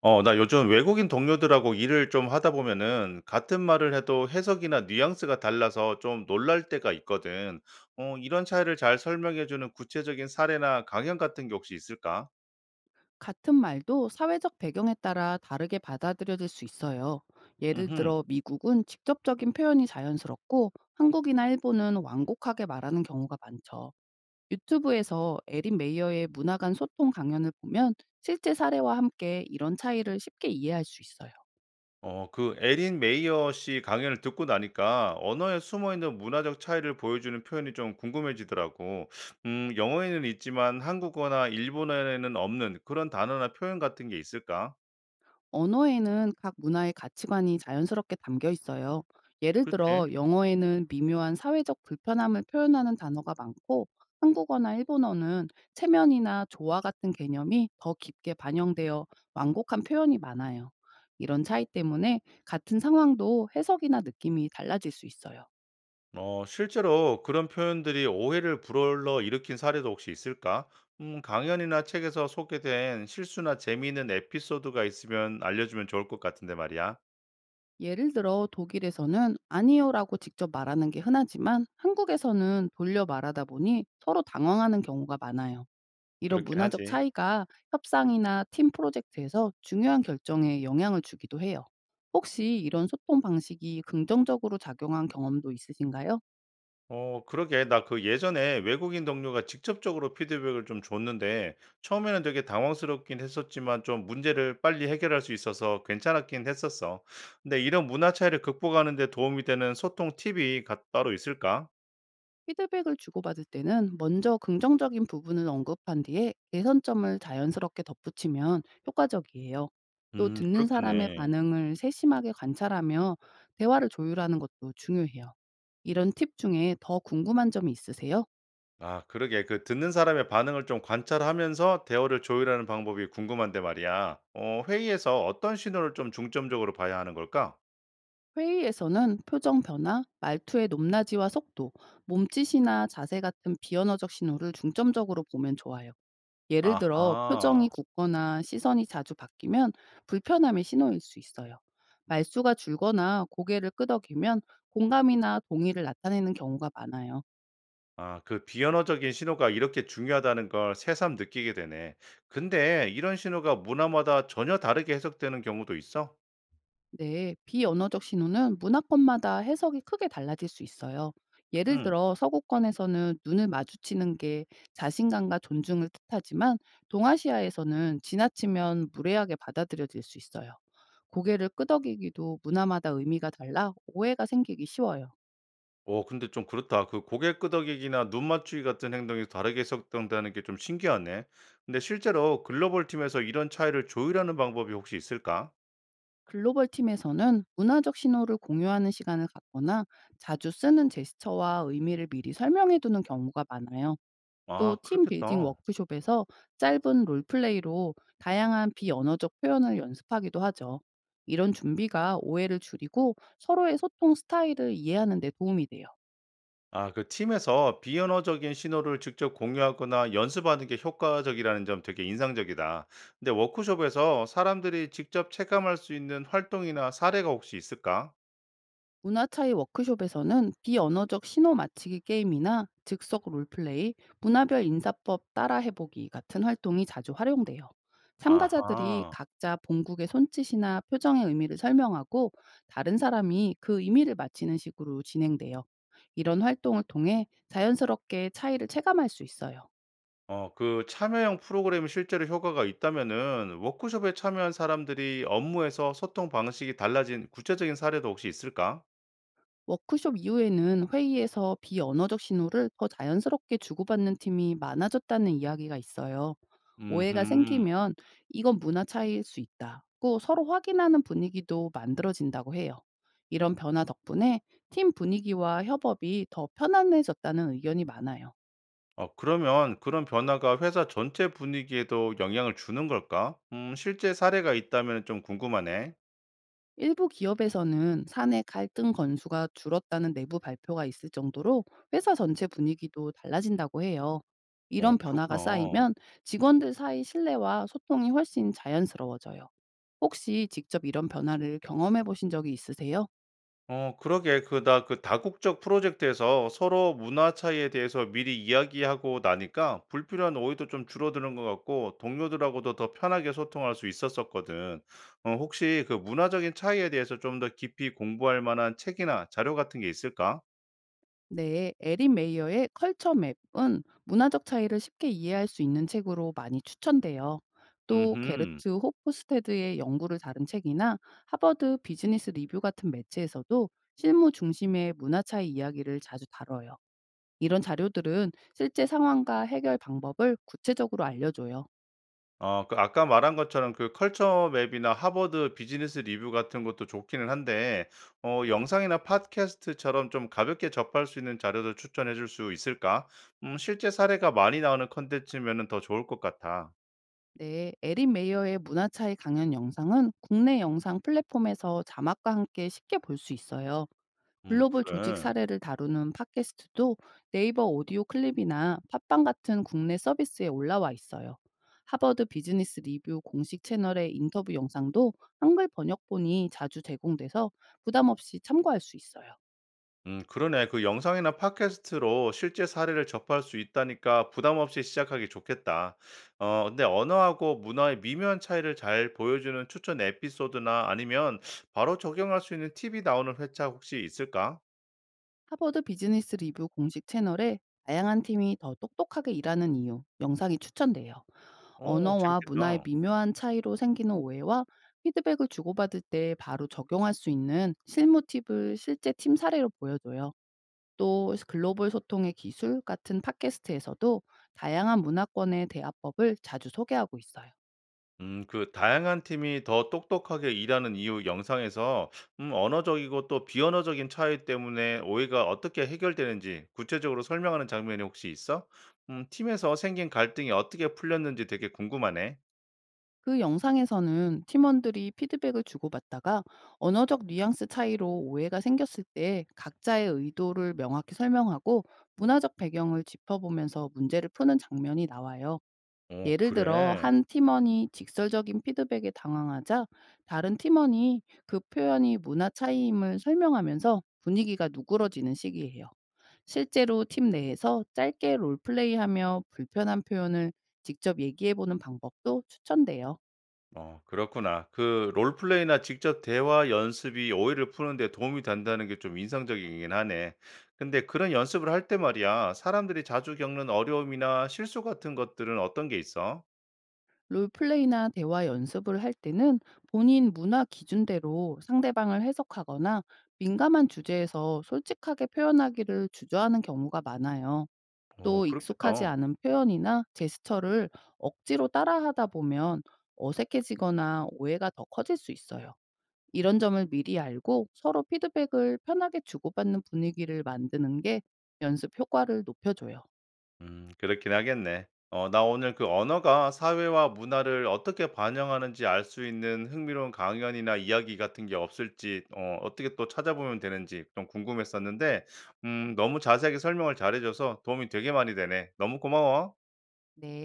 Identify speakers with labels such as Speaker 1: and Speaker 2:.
Speaker 1: 나 요즘 외국인 동료들하고 일을 좀 하다 보면은 같은 말을 해도 해석이나 뉘앙스가 달라서 좀 놀랄 때가 있거든. 이런 차이를 잘 설명해주는 구체적인 사례나 강연 같은 게 혹시 있을까?
Speaker 2: 같은 말도 사회적 배경에 따라 다르게 받아들여질 수 있어요. 예를
Speaker 1: 음,
Speaker 2: 들어 미국은 직접적인 표현이 자연스럽고 한국이나 일본은 완곡하게 말하는 경우가 많죠. 유튜브에서 에린 메이어의 문화 간 소통 강연을 보면 실제 사례와 함께 이런 차이를 쉽게 이해할 수 있어요.
Speaker 1: 어, 그 에린 메이어 씨 강연을 듣고 나니까 언어에 숨어 있는 문화적 차이를 보여주는 표현이 좀 궁금해지더라고. 영어에는 있지만 한국어나 일본어에는 없는 그런 단어나 표현 같은 게 있을까?
Speaker 2: 언어에는 각 문화의 가치관이 자연스럽게 담겨 있어요. 예를 들어
Speaker 1: 그렇지.
Speaker 2: 영어에는 미묘한 사회적 불편함을 표현하는 단어가 많고, 한국어나 일본어는 체면이나 조화 같은 개념이 더 깊게 반영되어 완곡한 표현이 많아요. 이런 차이 때문에 같은 상황도 해석이나 느낌이 달라질 수 있어요.
Speaker 1: 실제로 그런 표현들이 오해를 불러 일으킨 사례도 혹시 있을까? 강연이나 책에서 소개된 실수나 재미있는 에피소드가 있으면 알려주면 좋을 것 같은데 말이야.
Speaker 2: 예를 들어 독일에서는 아니요라고 직접 말하는 게 흔하지만, 한국에서는 돌려 말하다 보니 서로 당황하는 경우가 많아요. 이런
Speaker 1: 그렇긴
Speaker 2: 문화적
Speaker 1: 하지.
Speaker 2: 차이가 협상이나 팀 프로젝트에서 중요한 결정에 영향을 주기도 해요. 혹시 이런 소통 방식이 긍정적으로 작용한 경험도 있으신가요?
Speaker 1: 그러게. 나 그 예전에 외국인 동료가 직접적으로 피드백을 좀 줬는데 처음에는 되게 당황스럽긴 했었지만 좀 문제를 빨리 해결할 수 있어서 괜찮았긴 했었어. 근데 이런 문화 차이를 극복하는 데 도움이 되는 소통 팁이 따로 있을까?
Speaker 2: 피드백을 주고받을 때는 먼저 긍정적인 부분을 언급한 뒤에 개선점을 자연스럽게 덧붙이면 효과적이에요. 또 듣는 사람의
Speaker 1: 그렇겠네.
Speaker 2: 반응을 세심하게 관찰하며 대화를 조율하는 것도 중요해요. 이런 팁 중에 더 궁금한 점이 있으세요?
Speaker 1: 그러게. 그 듣는 사람의 반응을 좀 관찰하면서 대화를 조율하는 방법이 궁금한데 말이야. 회의에서 어떤 신호를 좀 중점적으로 봐야 하는 걸까?
Speaker 2: 회의에서는 표정 변화, 말투의 높낮이와 속도, 몸짓이나 자세 같은 비언어적 신호를 중점적으로 보면 좋아요. 예를 들어
Speaker 1: 아하.
Speaker 2: 표정이 굳거나 시선이 자주 바뀌면 불편함의 신호일 수 있어요. 말수가 줄거나 고개를 끄덕이면 공감이나 동의를 나타내는 경우가 많아요.
Speaker 1: 그 비언어적인 신호가 이렇게 중요하다는 걸 새삼 느끼게 되네. 근데 이런 신호가 문화마다 전혀 다르게 해석되는 경우도 있어?
Speaker 2: 네, 비언어적 신호는 문화권마다 해석이 크게 달라질 수 있어요. 예를
Speaker 1: 응.
Speaker 2: 들어 서구권에서는 눈을 마주치는 게 자신감과 존중을 뜻하지만, 동아시아에서는 지나치면 무례하게 받아들여질 수 있어요. 고개를 끄덕이기도 문화마다 의미가 달라 오해가 생기기 쉬워요.
Speaker 1: 오, 근데 좀 그렇다. 그 고개 끄덕이기나 눈 맞추기 같은 행동이 다르게 해석된다는 게 좀 신기하네. 근데 실제로 글로벌 팀에서 이런 차이를 조율하는 방법이 혹시 있을까?
Speaker 2: 글로벌 팀에서는 문화적 신호를 공유하는 시간을 갖거나, 자주 쓰는 제스처와 의미를 미리 설명해 두는 경우가 많아요. 또 팀 빌딩
Speaker 1: 그렇겠다.
Speaker 2: 워크숍에서 짧은 롤플레이로 다양한 비언어적 표현을 연습하기도 하죠. 이런 준비가 오해를 줄이고 서로의 소통 스타일을 이해하는 데 도움이 돼요.
Speaker 1: 그 팀에서 비언어적인 신호를 직접 공유하거나 연습하는 게 효과적이라는 점 되게 인상적이다. 근데 워크숍에서 사람들이 직접 체감할 수 있는 활동이나 사례가 혹시 있을까?
Speaker 2: 문화 차이 워크숍에서는 비언어적 신호 맞히기 게임이나 즉석 롤플레이, 문화별 인사법 따라 해보기 같은 활동이 자주 활용돼요. 참가자들이
Speaker 1: 아하.
Speaker 2: 각자 본국의 손짓이나 표정의 의미를 설명하고, 다른 사람이 그 의미를 맞히는 식으로 진행돼요. 이런 활동을 통해 자연스럽게 차이를 체감할 수 있어요.
Speaker 1: 그 참여형 프로그램이 실제로 효과가 있다면은 워크숍에 참여한 사람들이 업무에서 소통 방식이 달라진 구체적인 사례도 혹시 있을까?
Speaker 2: 워크숍 이후에는 회의에서 비언어적 신호를 더 자연스럽게 주고받는 팀이 많아졌다는 이야기가 있어요. 오해가
Speaker 1: 음흠.
Speaker 2: 생기면 이건 문화 차이일 수 있다고 서로 확인하는 분위기도 만들어진다고 해요. 이런 변화 덕분에 팀 분위기와 협업이 더 편안해졌다는 의견이 많아요.
Speaker 1: 그러면 그런 변화가 회사 전체 분위기에도 영향을 주는 걸까? 실제 사례가 있다면 좀 궁금하네.
Speaker 2: 일부 기업에서는 사내 갈등 건수가 줄었다는 내부 발표가 있을 정도로 회사 전체 분위기도 달라진다고 해요. 이런 변화가
Speaker 1: 그렇구나.
Speaker 2: 쌓이면 직원들 사이 신뢰와 소통이 훨씬 자연스러워져요. 혹시 직접 이런 변화를 경험해 보신 적이 있으세요?
Speaker 1: 그러게. 그 나 그 다국적 프로젝트에서 서로 문화 차이에 대해서 미리 이야기하고 나니까 불필요한 오해도 좀 줄어드는 것 같고 동료들하고도 더 편하게 소통할 수 있었었거든. 혹시 그 문화적인 차이에 대해서 좀 더 깊이 공부할 만한 책이나 자료 같은 게 있을까?
Speaker 2: 네, 에린 메이어의 컬처 맵은 문화적 차이를 쉽게 이해할 수 있는 책으로 많이 추천돼요. 또
Speaker 1: 음흠.
Speaker 2: 게르트 호프스테드의 연구를 다룬 책이나 하버드 비즈니스 리뷰 같은 매체에서도 실무 중심의 문화 차이 이야기를 자주 다뤄요. 이런 자료들은 실제 상황과 해결 방법을 구체적으로 알려줘요.
Speaker 1: 그 아까 말한 것처럼 그 컬처 맵이나 하버드 비즈니스 리뷰 같은 것도 좋기는 한데 영상이나 팟캐스트처럼 좀 가볍게 접할 수 있는 자료도 추천해 줄 수 있을까? 실제 사례가 많이 나오는 컨텐츠면은 더 좋을 것 같아.
Speaker 2: 네, 에린 메이어의 문화 차이 강연 영상은 국내 영상 플랫폼에서 자막과 함께 쉽게 볼 수 있어요.
Speaker 1: 음,
Speaker 2: 글로벌 조직
Speaker 1: 그래.
Speaker 2: 사례를 다루는 팟캐스트도 네이버 오디오 클립이나 팟빵 같은 국내 서비스에 올라와 있어요. 하버드 비즈니스 리뷰 공식 채널의 인터뷰 영상도 한글 번역본이 자주 제공돼서 부담 없이 참고할 수 있어요.
Speaker 1: 그러네. 그 영상이나 팟캐스트로 실제 사례를 접할 수 있다니까 부담 없이 시작하기 좋겠다. 근데 언어하고 문화의 미묘한 차이를 잘 보여주는 추천 에피소드나 아니면 바로 적용할 수 있는 팁이 나오는 회차 혹시 있을까?
Speaker 2: 하버드 비즈니스 리뷰 공식 채널에 다양한 팀이 더 똑똑하게 일하는 이유 영상이 추천돼요.
Speaker 1: 오,
Speaker 2: 언어와 문화의
Speaker 1: 재밌겠다.
Speaker 2: 미묘한 차이로 생기는 오해와 피드백을 주고받을 때 바로 적용할 수 있는 실무 팁을 실제 팀 사례로 보여줘요. 또 글로벌 소통의 기술 같은 팟캐스트에서도 다양한 문화권의 대화법을 자주 소개하고 있어요.
Speaker 1: 그 다양한 팀이 더 똑똑하게 일하는 이유 영상에서 언어적이고 또 비언어적인 차이 때문에 오해가 어떻게 해결되는지 구체적으로 설명하는 장면이 혹시 있어? 팀에서 생긴 갈등이 어떻게 풀렸는지 되게 궁금하네.
Speaker 2: 그 영상에서는 팀원들이 피드백을 주고받다가 언어적 뉘앙스 차이로 오해가 생겼을 때 각자의 의도를 명확히 설명하고, 문화적 배경을 짚어보면서 문제를 푸는 장면이 나와요.
Speaker 1: 어,
Speaker 2: 예를 들어
Speaker 1: 그래.
Speaker 2: 한 팀원이 직설적인 피드백에 당황하자, 다른 팀원이 그 표현이 문화 차이임을 설명하면서 분위기가 누그러지는 시기예요. 실제로 팀 내에서 짧게 롤플레이하며 불편한 표현을 직접 얘기해보는 방법도 추천돼요.
Speaker 1: 그렇구나. 그 롤플레이나 직접 대화 연습이 오해를 푸는데 도움이 된다는 게 좀 인상적이긴 하네. 근데 그런 연습을 할 때 말이야, 사람들이 자주 겪는 어려움이나 실수 같은 것들은 어떤 게 있어?
Speaker 2: 롤플레이나 대화 연습을 할 때는 본인 문화 기준대로 상대방을 해석하거나, 민감한 주제에서 솔직하게 표현하기를 주저하는 경우가 많아요. 또 익숙하지
Speaker 1: 그렇겠다.
Speaker 2: 않은 표현이나 제스처를 억지로 따라하다 보면 어색해지거나 오해가 더 커질 수 있어요. 이런 점을 미리 알고 서로 피드백을 편하게 주고받는 분위기를 만드는 게 연습 효과를 높여줘요.
Speaker 1: 그렇긴 하겠네. 나 오늘 그 언어가 사회와 문화를 어떻게 반영하는지 알 수 있는 흥미로운 강연이나 이야기 같은 게 없을지 어떻게 또 찾아보면 되는지 좀 궁금했었는데 너무 자세하게 설명을 잘해 줘서 도움이 되게 많이 되네. 너무 고마워.
Speaker 2: 네.